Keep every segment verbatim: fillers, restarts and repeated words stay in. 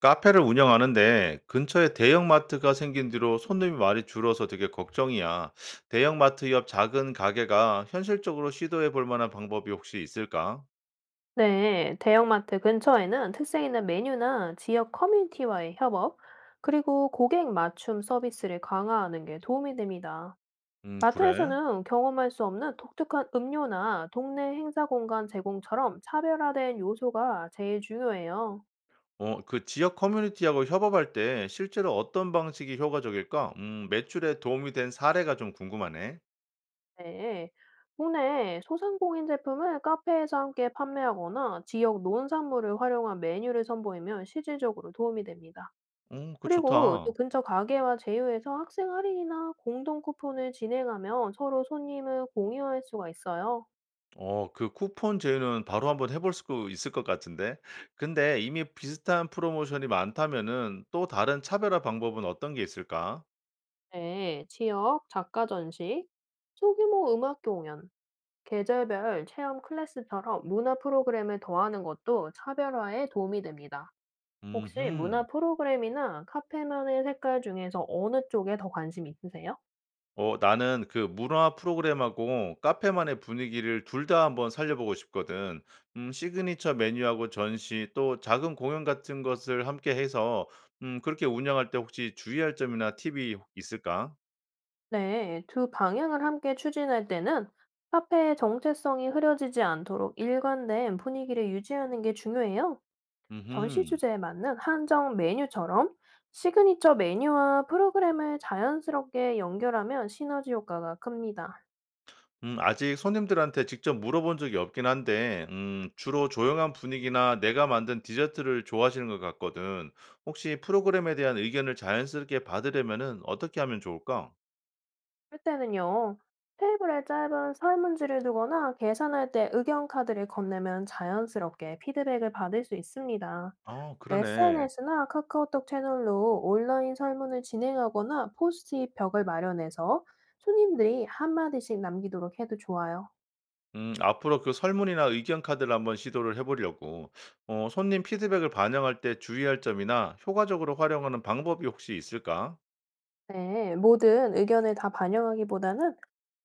카페를 운영하는데 근처에 대형마트가 생긴 뒤로 손님이 많이 줄어서 되게 걱정이야. 대형마트 옆 작은 가게가 현실적으로 시도해 볼 만한 방법이 혹시 있을까? 네, 대형마트 근처에는 특색 있는 메뉴나 지역 커뮤니티와의 협업, 그리고 고객 맞춤 서비스를 강화하는 게 도움이 됩니다. 음, 그래. 마트에서는 경험할 수 없는 독특한 음료나 동네 행사 공간 제공처럼 차별화된 요소가 제일 중요해요. 어, 그 지역 커뮤니티하고 협업할 때 실제로 어떤 방식이 효과적일까? 음, 매출에 도움이 된 사례가 좀 궁금하네. 네, 국내 소상공인 제품을 카페에서 함께 판매하거나 지역 농산물을 활용한 메뉴를 선보이면 실질적으로 도움이 됩니다. 음, 그거 그리고 좋다. 또 근처 가게와 제휴해서 학생 할인이나 공동 쿠폰을 진행하면 서로 손님을 공유할 수가 있어요. 어, 그 쿠폰 제휴는 바로 한번 해볼 수 있을 것 같은데. 근데 이미 비슷한 프로모션이 많다면은 또 다른 차별화 방법은 어떤 게 있을까? 네, 지역 작가 전시, 소규모 음악 공연, 계절별 체험 클래스처럼 문화 프로그램을 더하는 것도 차별화에 도움이 됩니다. 혹시 음흠. 문화 프로그램이나 카페만의 색깔 중에서 어느 쪽에 더 관심 있으세요? 어 나는 그 문화 프로그램하고 카페만의 분위기를 둘 다 한번 살려보고 싶거든. 음 시그니처 메뉴하고 전시 또 작은 공연 같은 것을 함께 해서 음 그렇게 운영할 때 혹시 주의할 점이나 팁이 있을까? 네, 두 방향을 함께 추진할 때는 카페의 정체성이 흐려지지 않도록 일관된 분위기를 유지하는 게 중요해요. 전시 음흠. 주제에 맞는 한정 메뉴처럼 시그니처 메뉴와 프로그램을 자연스럽게 연결하면 시너지 효과가 큽니다. 음 아직 손님들한테 직접 물어본 적이 없긴 한데 음 주로 조용한 분위기나 내가 만든 디저트를 좋아하시는 것 같거든. 혹시 프로그램에 대한 의견을 자연스럽게 받으려면은 어떻게 하면 좋을까? 할 때는요, 테이블에 짧은 설문지를 두거나 계산할 때 의견 카드를 건네면 자연스럽게 피드백을 받을 수 있습니다. 아 그러네. 에스엔에스나 카카오톡 채널로 온라인 설문을 진행하거나 포스트잇 벽을 마련해서 손님들이 한마디씩 남기도록 해도 좋아요. 음, 앞으로 그 설문이나 의견 카드를 한번 시도를 해보려고. 어, 손님 피드백을 반영할 때 주의할 점이나 효과적으로 활용하는 방법이 혹시 있을까? 네, 모든 의견을 다 반영하기보다는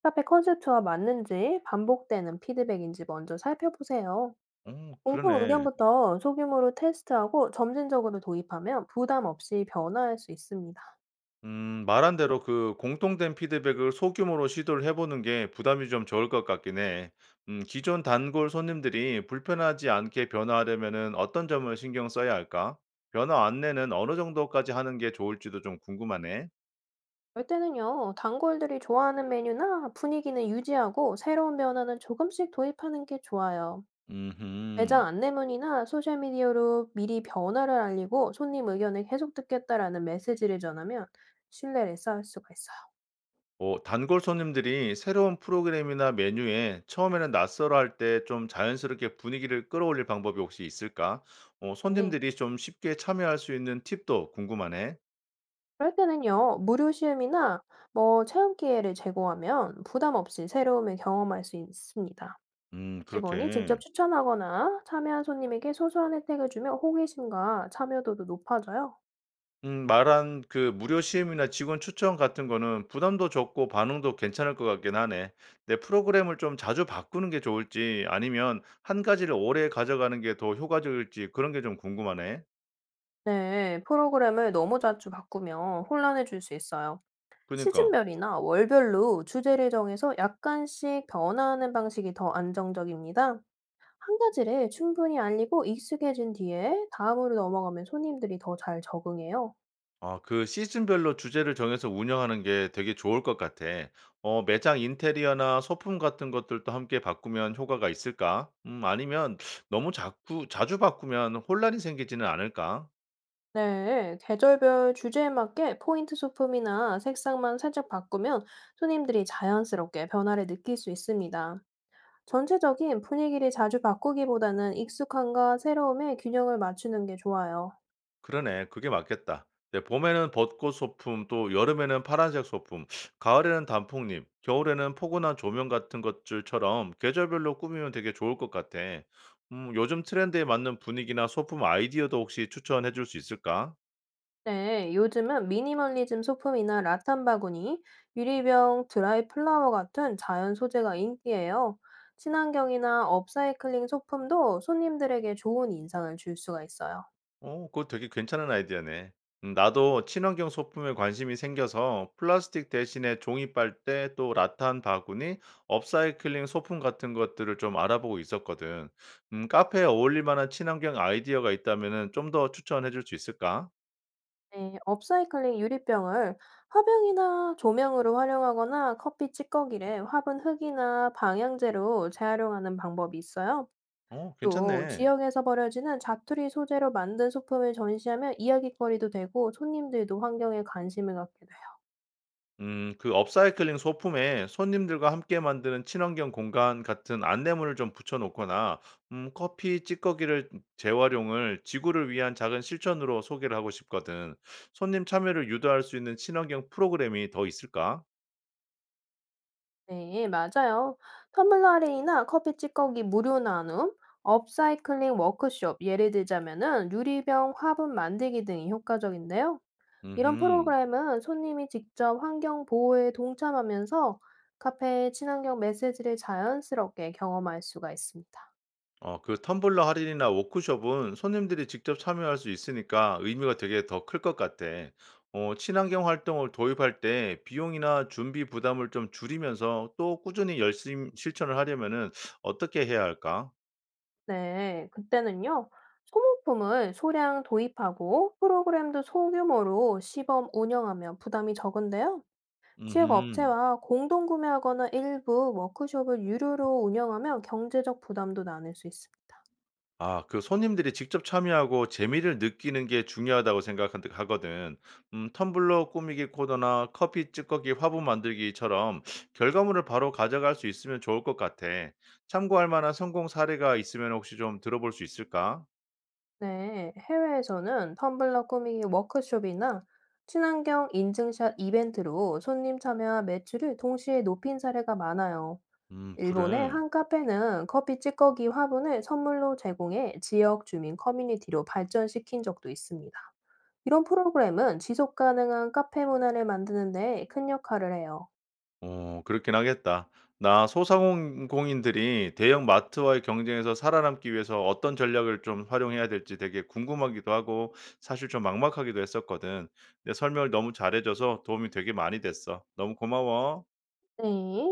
카페 컨셉트와 맞는지 반복되는 피드백인지 먼저 살펴보세요. 어, 공통 그러네. 의견부터 소규모로 테스트하고 점진적으로 도입하면 부담 없이 변화할 수 있습니다. 음, 말한 대로 그 공통된 피드백을 소규모로 시도를 해보는 게 부담이 좀 적을 것 같긴 해. 음, 기존 단골 손님들이 불편하지 않게 변화하려면은 어떤 점을 신경 써야 할까? 변화 안내는 어느 정도까지 하는 게 좋을지도 좀 궁금하네. 이 때는요, 단골들이 좋아하는 메뉴나 분위기는 유지하고 새로운 변화는 조금씩 도입하는 게 좋아요. 음흠. 매장 안내문이나 소셜미디어로 미리 변화를 알리고 손님 의견을 계속 듣겠다라는 메시지를 전하면 신뢰를 쌓을 수가 있어요. 어, 단골 손님들이 새로운 프로그램이나 메뉴에 처음에는 낯설어 할 때 좀 자연스럽게 분위기를 끌어올릴 방법이 혹시 있을까? 어, 네. 손님들이 좀 쉽게 참여할 수 있는 팁도 궁금하네. 그럴 때는요, 무료 시음이나 뭐 체험 기회를 제공하면 부담 없이 새로움을 경험할 수 있습니다. 음, 직원이 그렇게. 직접 추천하거나 참여한 손님에게 소소한 혜택을 주면 호기심과 참여도도 높아져요. 음, 말한 그 무료 시음이나 직원 추천 같은 거는 부담도 적고 반응도 괜찮을 것 같긴 하네. 내 프로그램을 좀 자주 바꾸는 게 좋을지 아니면 한 가지를 오래 가져가는 게 더 효과적일지 그런 게 좀 궁금하네. 네, 프로그램을 너무 자주 바꾸면 혼란해질 수 있어요. 그니까. 시즌별이나 월별로 주제를 정해서 약간씩 변화하는 방식이 더 안정적입니다. 한 가지를 충분히 알리고 익숙해진 뒤에 다음으로 넘어가면 손님들이 더 잘 적응해요. 아 그 시즌별로 주제를 정해서 운영하는 게 되게 좋을 것 같아. 어 매장 인테리어나 소품 같은 것들도 함께 바꾸면 효과가 있을까? 음 아니면 너무 자꾸 자주 바꾸면 혼란이 생기지는 않을까? 네, 계절별 주제에 맞게 포인트 소품이나 색상만 살짝 바꾸면 손님들이 자연스럽게 변화를 느낄 수 있습니다. 전체적인 분위기를 자주 바꾸기보다는 익숙함과 새로움의 균형을 맞추는 게 좋아요. 그러네. 그게 맞겠다. 네 봄에는 벚꽃 소품, 또 여름에는 파란색 소품, 가을에는 단풍잎, 겨울에는 포근한 조명 같은 것들처럼 계절별로 꾸미면 되게 좋을 것 같아. 음 요즘 트렌드에 맞는 분위기나 소품 아이디어도 혹시 추천해 줄 수 있을까? 네, 요즘은 미니멀리즘 소품이나 라탄 바구니, 유리병, 드라이 플라워 같은 자연 소재가 인기예요. 친환경이나 업사이클링 소품도 손님들에게 좋은 인상을 줄 수가 있어요. 어 그거 되게 괜찮은 아이디어네. 음 나도 친환경 소품에 관심이 생겨서 플라스틱 대신에 종이 빨대 또 라탄 바구니, 업사이클링 소품 같은 것들을 좀 알아보고 있었거든. 음 카페에 어울릴 만한 친환경 아이디어가 있다면 좀 더 추천해 줄 수 있을까? 네, 업사이클링 유리병을 화병이나 조명으로 활용하거나 커피 찌꺼기를 화분 흙이나 방향제로 재활용하는 방법이 있어요. 어 또 괜찮네. 지역에서 버려지는 자투리 소재로 만든 소품을 전시하면 이야깃거리도 되고 손님들도 환경에 관심을 갖게 돼요. 음, 그 업사이클링 소품에 손님들과 함께 만드는 친환경 공간 같은 안내문을 좀 붙여놓거나, 음, 커피 찌꺼기를 재활용을 지구를 위한 작은 실천으로 소개를 하고 싶거든. 손님 참여를 유도할 수 있는 친환경 프로그램이 더 있을까? 네, 맞아요. 텀블러 링이나 커피 찌꺼기 무료 나눔, 업사이클링 워크숍, 예를 들자면은 유리병 화분 만들기 등이 효과적인데요. 이런 음 프로그램은 손님이 직접 환경 보호에 동참하면서 카페의 친환경 메시지를 자연스럽게 경험할 수가 있습니다. 어, 그 텀블러 할인이나 워크숍은 손님들이 직접 참여할 수 있으니까 의미가 되게 더 클 것 같아. 어, 친환경 활동을 도입할 때 비용이나 준비 부담을 좀 줄이면서 또 꾸준히 열심히 실천을 하려면은 어떻게 해야 할까? 네, 그때는요. 소모품을 소량 도입하고 프로그램도 소규모로 시범 운영하면 부담이 적은데요. 지역 음. 업체와 공동 구매하거나 일부 워크숍을 유료로 운영하면 경제적 부담도 나눌 수 있습니다. 아 그 손님들이 직접 참여하고 재미를 느끼는 게 중요하다고 생각한 하거든. 음 텀블러 꾸미기 코너나 커피 찌꺼기 화분 만들기처럼 결과물을 바로 가져갈 수 있으면 좋을 것 같아. 참고할 만한 성공 사례가 있으면 혹시 좀 들어볼 수 있을까? 네, 해외에서는 텀블러 꾸미기 워크숍이나 친환경 인증샷 이벤트로 손님 참여와 매출을 동시에 높인 사례가 많아요. 음 일본의 그래. 한 카페는 커피 찌꺼기 화분을 선물로 제공해 지역 주민 커뮤니티로 발전시킨 적도 있습니다. 이런 프로그램은 지속 가능한 카페 문화를 만드는 데 큰 역할을 해요. 어 그렇긴 하겠다. 나 소상공인들이 대형 마트와의 경쟁에서 살아남기 위해서 어떤 전략을 좀 활용해야 될지 되게 궁금하기도 하고 사실 좀 막막하기도 했었거든. 내 설명을 너무 잘해줘서 도움이 되게 많이 됐어. 너무 고마워. 네.